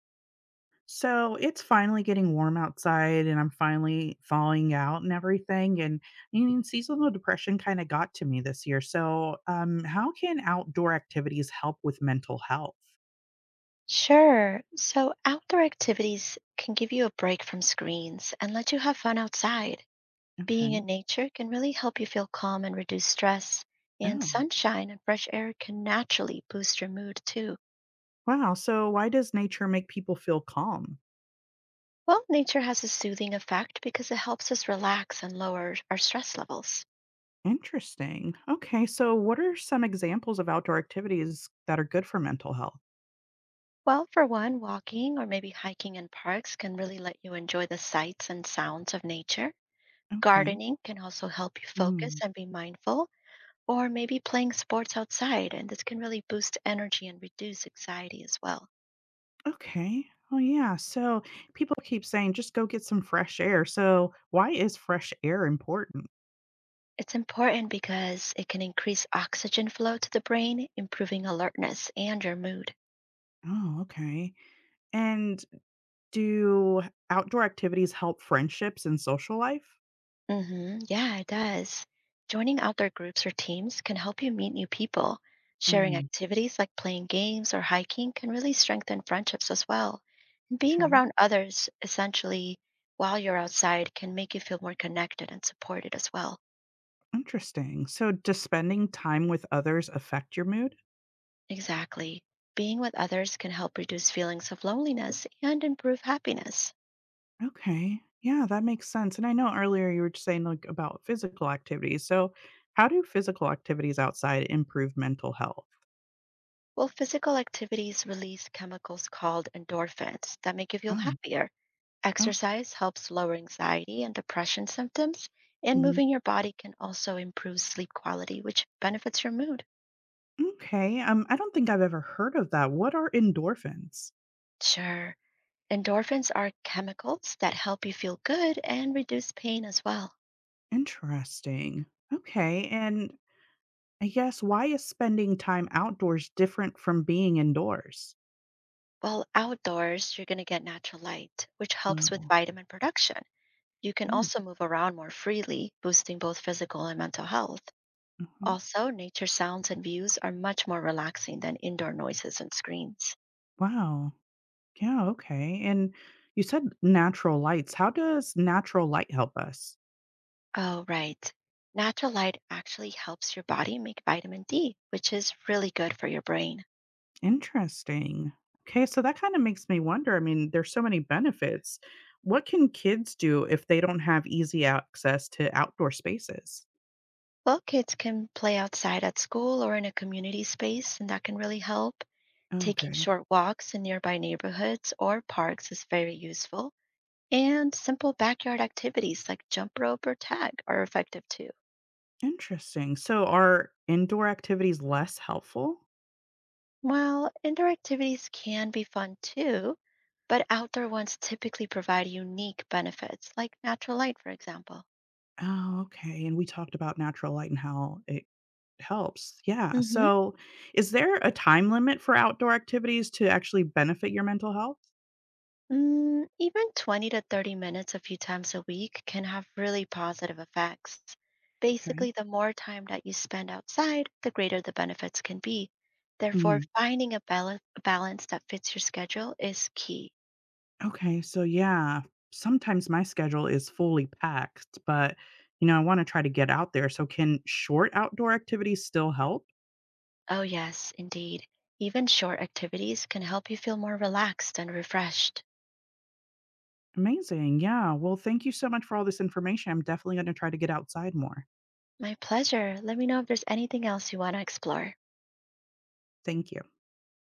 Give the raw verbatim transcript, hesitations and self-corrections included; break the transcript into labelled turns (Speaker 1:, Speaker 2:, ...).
Speaker 1: So it's finally getting warm outside, and I'm finally thawing out and everything. And I mean, seasonal depression kind of got to me this year. So, um, how can outdoor activities help with mental health?
Speaker 2: Sure. So, outdoor activities can give you a break from screens and let you have fun outside. Being
Speaker 1: Okay.
Speaker 2: in nature can really help you feel calm and reduce stress, and
Speaker 1: Oh,
Speaker 2: sunshine and fresh air can naturally boost your mood too.
Speaker 1: wow. So, why does nature make people feel calm?
Speaker 2: Well, nature has a soothing effect because it helps us relax and lower our stress levels.
Speaker 1: Interesting. Okay. So, what are some examples of outdoor activities that are good for mental health?
Speaker 2: Well, for one, walking or maybe hiking in parks can really let you enjoy the sights and sounds of nature.
Speaker 1: Okay.
Speaker 2: Gardening can also help you focus and be mindful. Or maybe playing sports outside, and this can really boost energy and reduce anxiety as well.
Speaker 1: Okay. Oh yeah. So people keep saying just go get some fresh air. So why is fresh air important?
Speaker 2: It's important because it can increase oxygen flow to the brain, improving alertness and your mood.
Speaker 1: Oh, okay. And do outdoor activities help friendships and social life?
Speaker 2: Hmm. Yeah, it does. Joining outdoor groups or teams can help you meet new people. Sharing
Speaker 1: Mm,
Speaker 2: activities like playing games or hiking can really strengthen friendships as well. And being
Speaker 1: okay.
Speaker 2: around others, essentially, while you're outside, can make you feel more connected and supported as well.
Speaker 1: Interesting. So does spending time with others affect your mood?
Speaker 2: Exactly. Being with others can help reduce feelings of loneliness and improve happiness.
Speaker 1: Okay. Yeah, that makes sense. And I know earlier you were just saying like about physical activities. So how do physical activities outside improve mental health?
Speaker 2: Well, physical activities release chemicals called endorphins that make you feel
Speaker 1: Oh.
Speaker 2: happier.
Speaker 1: Oh,
Speaker 2: Exercise helps lower anxiety and depression symptoms, and
Speaker 1: mhm.
Speaker 2: moving your body can also improve sleep quality, which benefits your mood.
Speaker 1: Okay. Um, I don't think I've ever heard of that. What are endorphins?
Speaker 2: Sure. Endorphins are chemicals that help you feel good and reduce pain as well.
Speaker 1: Interesting. Okay. And I guess why is spending time outdoors different from being indoors?
Speaker 2: While outdoors, you're going to get natural light, which helps with
Speaker 1: Oh,
Speaker 2: vitamin production. You can
Speaker 1: mm,
Speaker 2: also move around more freely, boosting both physical and mental health.
Speaker 1: mhm.
Speaker 2: Also, nature sounds and views are much more relaxing than indoor noises and screens.
Speaker 1: Wow. Yeah. Okay. And you said natural lights. How does natural light help us?
Speaker 2: Oh, right. Natural light actually helps your body make vitamin D, which is really good for your brain.
Speaker 1: Interesting. Okay. So that kind of makes me wonder. I mean, there's so many benefits. What can kids do if they don't have easy access to outdoor spaces?
Speaker 2: Well, kids can play outside at school or in a community space, and that can really help. Taking
Speaker 1: Okay.
Speaker 2: short walks in nearby neighborhoods or parks is very useful. And simple backyard activities like jump rope or tag are effective too.
Speaker 1: Interesting. So are indoor activities less helpful?
Speaker 2: Well, indoor activities can be fun too, but outdoor ones typically provide unique benefits, like natural light, for example.
Speaker 1: Oh, okay. And we talked about natural light and how it helps. Yeah.
Speaker 2: hmm
Speaker 1: So is there a time limit for outdoor activities to actually benefit your mental health?
Speaker 2: Mm, even twenty to thirty minutes a few times a week can have really positive effects. Basically,
Speaker 1: Okay.
Speaker 2: the more time that you spend outside, the greater the benefits can be. Therefore,
Speaker 1: Mhm.
Speaker 2: finding a bal- balance that fits your schedule is key.
Speaker 1: Okay. So, yeah, sometimes my schedule is fully packed, but, you know, I want to try to get out there. So, can short outdoor activities still help?
Speaker 2: Oh, yes, indeed. Even short activities can help you feel more relaxed and refreshed.
Speaker 1: Amazing. Yeah. Well, thank you so much for all this information. I'm definitely going to try to get outside more.
Speaker 2: My pleasure. Let me know if there's anything else you want to explore.
Speaker 1: Thank you.